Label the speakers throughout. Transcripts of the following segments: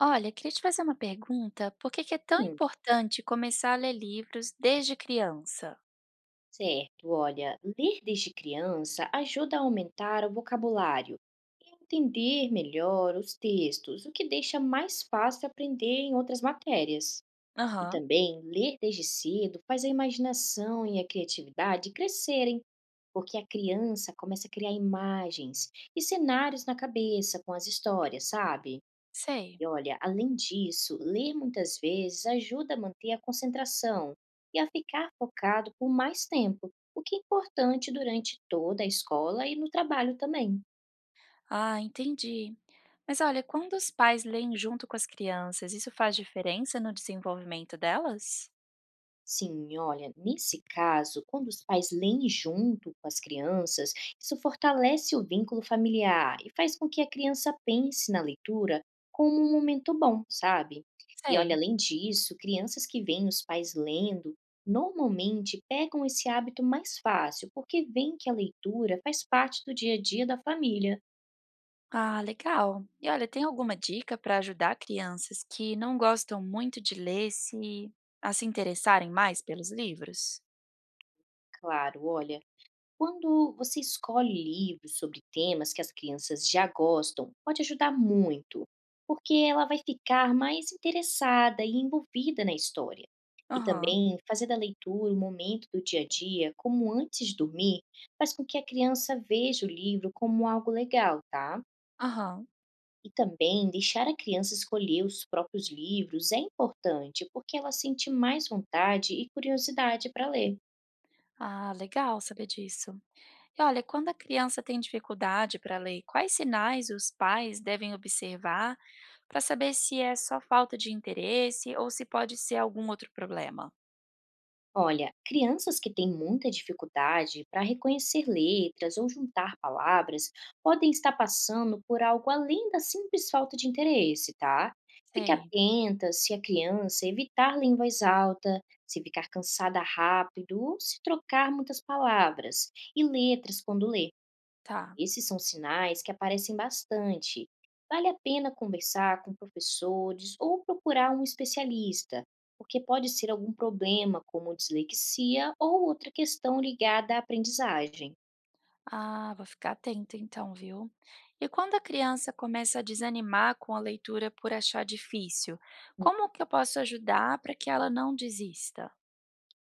Speaker 1: Olha, queria te fazer uma pergunta. Por que que é tão
Speaker 2: Hum,
Speaker 1: importante começar a ler livros desde criança?
Speaker 2: Certo, olha, ler desde criança ajuda a aumentar o vocabulário e entender melhor os textos, o que deixa mais fácil aprender em outras matérias. E
Speaker 1: Aham.
Speaker 2: também, ler desde cedo faz a imaginação e a criatividade crescerem, porque a criança começa a criar imagens e cenários na cabeça com as histórias, sabe?
Speaker 1: Sei.
Speaker 2: E olha, além disso, ler muitas vezes ajuda a manter a concentração e a ficar focado por mais tempo, o que é importante durante toda a escola e no trabalho também.
Speaker 1: Ah, entendi. Mas olha, quando os pais leem junto com as crianças, isso faz diferença no desenvolvimento delas?
Speaker 2: Sim, olha, nesse caso, quando os pais leem junto com as crianças, isso fortalece o vínculo familiar e faz com que a criança pense na leitura como um momento bom, sabe? E olha,
Speaker 1: Sei.
Speaker 2: além disso, crianças que veem os pais lendo normalmente pegam esse hábito mais fácil, porque veem que a leitura faz parte do dia a dia da família.
Speaker 1: Ah, legal. E olha, tem alguma dica para ajudar crianças que não gostam muito de ler se interessarem mais pelos livros?
Speaker 2: Claro, olha. Quando você escolhe livros sobre temas que as crianças já gostam, pode ajudar muito, porque ela vai ficar mais interessada e envolvida na história. E
Speaker 1: Aham.
Speaker 2: também fazer da leitura um momento do dia a dia, como antes de dormir, faz com que a criança veja o livro como algo legal, tá?
Speaker 1: Aham.
Speaker 2: E também deixar a criança escolher os próprios livros é importante, porque ela sente mais vontade e curiosidade para ler.
Speaker 1: Ah, legal saber disso. E olha, quando a criança tem dificuldade para ler, quais sinais os pais devem observar para saber se é só falta de interesse ou se pode ser algum outro problema?
Speaker 2: Olha, crianças que têm muita dificuldade para reconhecer letras ou juntar palavras podem estar passando por algo além da simples falta de interesse, tá? Fique
Speaker 1: Sei,
Speaker 2: atenta se a criança evitar ler em voz alta, se ficar cansada rápido ou se trocar muitas palavras e letras quando lê.
Speaker 1: tá.
Speaker 2: Esses são sinais que aparecem bastante. Vale a pena conversar com professores ou procurar um especialista, porque pode ser algum problema, como dislexia ou outra questão ligada à aprendizagem.
Speaker 1: Ah, vou ficar atento então, viu? E quando a criança começa a desanimar com a leitura por achar difícil,
Speaker 2: Hum,
Speaker 1: como que eu posso ajudar para que ela não desista?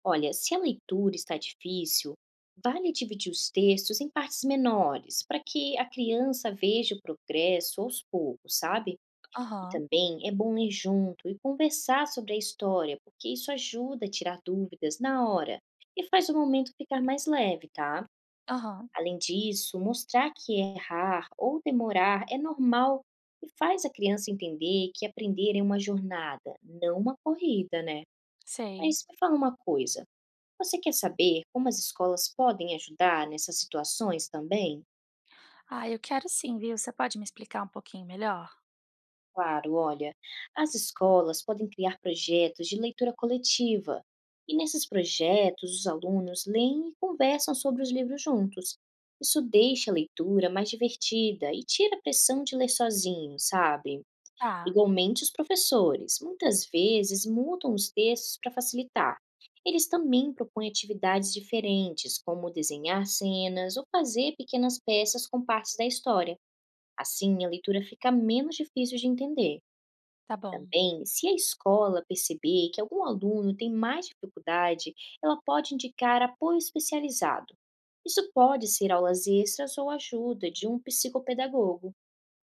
Speaker 2: Olha, se a leitura está difícil, vale dividir os textos em partes menores, para que a criança veja o progresso aos poucos, sabe? E
Speaker 1: Aham,
Speaker 2: também é bom ler junto e conversar sobre a história, porque isso ajuda a tirar dúvidas na hora e faz o momento ficar mais leve, tá?
Speaker 1: aham,
Speaker 2: Além disso, mostrar que errar ou demorar é normal e faz a criança entender que aprender é uma jornada, não uma corrida, né?
Speaker 1: sei.
Speaker 2: Mas me fala uma coisa: você quer saber como as escolas podem ajudar nessas situações também?
Speaker 1: Ah, eu quero sim, viu? Você pode me explicar um pouquinho melhor?
Speaker 2: Claro, olha, as escolas podem criar projetos de leitura coletiva, e nesses projetos os alunos leem e conversam sobre os livros juntos. Isso deixa a leitura mais divertida e tira a pressão de ler sozinho, sabe?
Speaker 1: Tá,
Speaker 2: Igualmente, os professores muitas vezes mudam os textos para facilitar. Eles também propõem atividades diferentes, como desenhar cenas ou fazer pequenas peças com partes da história. Assim, a leitura fica menos difícil de entender.
Speaker 1: tá bom.
Speaker 2: Também, se a escola perceber que algum aluno tem mais dificuldade, ela pode indicar apoio especializado. Isso pode ser aulas extras ou ajuda de um psicopedagogo.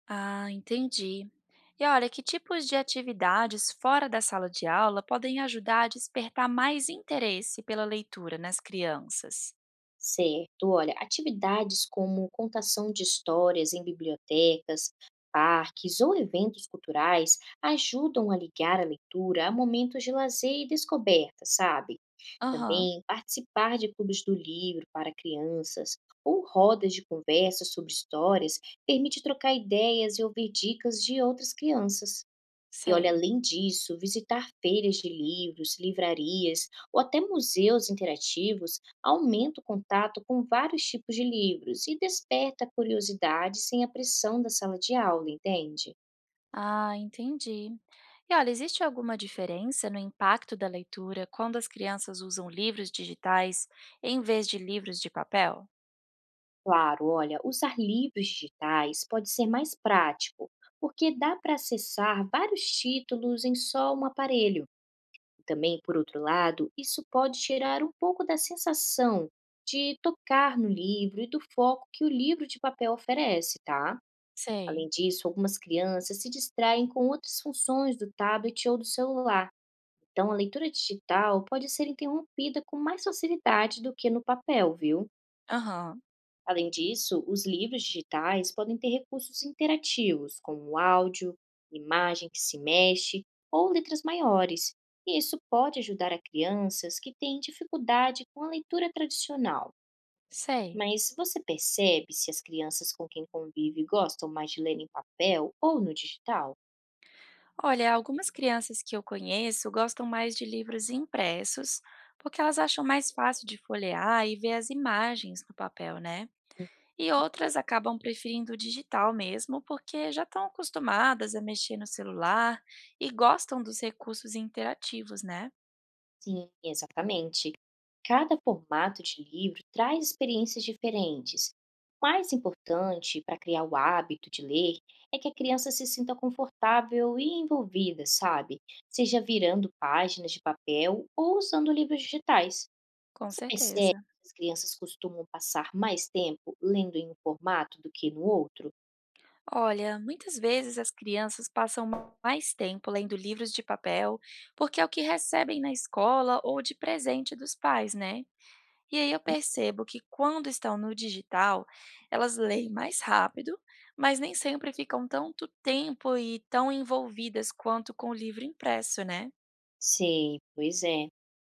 Speaker 1: Ah, entendi. E olha, que tipos de atividades fora da sala de aula podem ajudar a despertar mais interesse pela leitura nas crianças?
Speaker 2: Certo, olha, atividades como contação de histórias em bibliotecas, parques ou eventos culturais ajudam a ligar a leitura a momentos de lazer e descoberta, sabe?
Speaker 1: Aham,
Speaker 2: Também participar de clubes do livro para crianças ou rodas de conversa sobre histórias permite trocar ideias e ouvir dicas de outras crianças. E olha,
Speaker 1: sei.
Speaker 2: além disso, visitar feiras de livros, livrarias ou até museus interativos aumenta o contato com vários tipos de livros e desperta a curiosidade sem a pressão da sala de aula, entende?
Speaker 1: Ah, entendi. E olha, existe alguma diferença no impacto da leitura quando as crianças usam livros digitais em vez de livros de papel?
Speaker 2: Claro, olha, usar livros digitais pode ser mais prático, porque dá para acessar vários títulos em só um aparelho. Também, por outro lado, isso pode tirar um pouco da sensação de tocar no livro e do foco que o livro de papel oferece, tá?
Speaker 1: Sei.
Speaker 2: Além disso, algumas crianças se distraem com outras funções do tablet ou do celular. Então, a leitura digital pode ser interrompida com mais facilidade do que no papel, viu?
Speaker 1: Aham,
Speaker 2: Além disso, os livros digitais podem ter recursos interativos, como áudio, imagem que se mexe ou letras maiores, e isso pode ajudar a crianças que têm dificuldade com a leitura tradicional.
Speaker 1: sei.
Speaker 2: Mas você percebe se as crianças com quem convive gostam mais de ler em papel ou no digital?
Speaker 1: Olha, algumas crianças que eu conheço gostam mais de livros impressos, porque elas acham mais fácil de folhear e ver as imagens no papel, né? E outras acabam preferindo o digital mesmo, porque já estão acostumadas a mexer no celular e gostam dos recursos interativos, né?
Speaker 2: Sim, exatamente. Cada formato de livro traz experiências diferentes. O mais importante para criar o hábito de ler é que a criança se sinta confortável e envolvida, sabe? Seja virando páginas de papel ou usando livros digitais.
Speaker 1: Com
Speaker 2: Você percebe
Speaker 1: certeza.
Speaker 2: que as crianças costumam passar mais tempo lendo em um formato do que no outro?
Speaker 1: Olha, muitas vezes as crianças passam mais tempo lendo livros de papel, porque é o que recebem na escola ou de presente dos pais, né? E aí eu percebo que quando estão no digital, elas leem mais rápido, mas nem sempre ficam tanto tempo e tão envolvidas quanto com o livro impresso, né?
Speaker 2: Sim, pois é.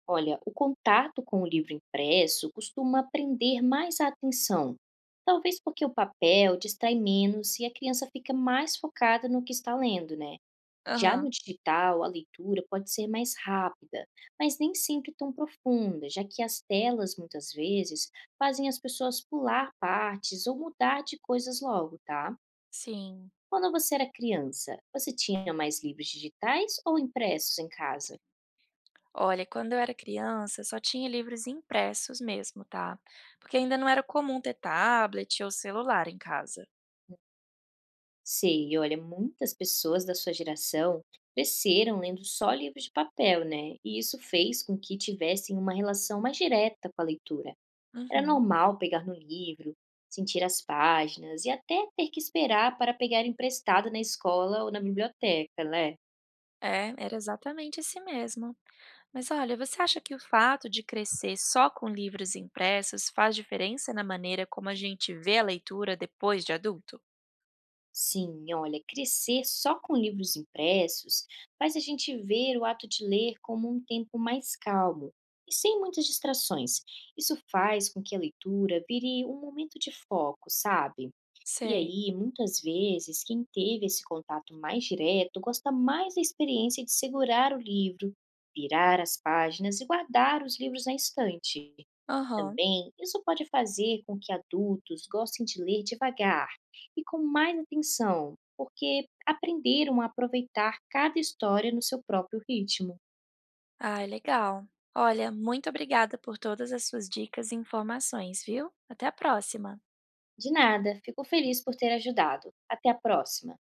Speaker 2: Olha, o contato com o livro impresso costuma prender mais a atenção, talvez porque o papel distrai menos e a criança fica mais focada no que está lendo, né? Já no
Speaker 1: Aham,
Speaker 2: digital, a leitura pode ser mais rápida, mas nem sempre tão profunda, já que as telas muitas vezes fazem as pessoas pular partes ou mudar de coisas logo, tá?
Speaker 1: sim.
Speaker 2: Quando você era criança, você tinha mais livros digitais ou impressos em casa?
Speaker 1: Olha, quando eu era criança, só tinha livros impressos mesmo, tá? Porque ainda não era comum ter tablet ou celular em casa.
Speaker 2: Sei, olha, muitas pessoas da sua geração cresceram lendo só livros de papel, né? E isso fez com que tivessem uma relação mais direta com a leitura. Era
Speaker 1: Uhum.
Speaker 2: normal pegar no livro, sentir as páginas e até ter que esperar para pegar emprestado na escola ou na biblioteca, né?
Speaker 1: É, era exatamente esse mesmo. Mas olha, você acha que o fato de crescer só com livros impressos faz diferença na maneira como a gente vê a leitura depois de adulto?
Speaker 2: Sim, olha, crescer só com livros impressos faz a gente ver o ato de ler como um tempo mais calmo e sem muitas distrações. Isso faz com que a leitura vire um momento de foco, sabe? E
Speaker 1: Sei.
Speaker 2: aí, muitas vezes, quem teve esse contato mais direto gosta mais da experiência de segurar o livro, virar as páginas e guardar os livros na estante.
Speaker 1: Aham.
Speaker 2: Também, isso pode fazer com que adultos gostem de ler devagar e com mais atenção, porque aprenderam a aproveitar cada história no seu próprio ritmo.
Speaker 1: Ah, legal. Olha, muito obrigada por todas as suas dicas e informações, viu? Até a próxima.
Speaker 2: De nada, fico feliz por ter ajudado. Até a próxima!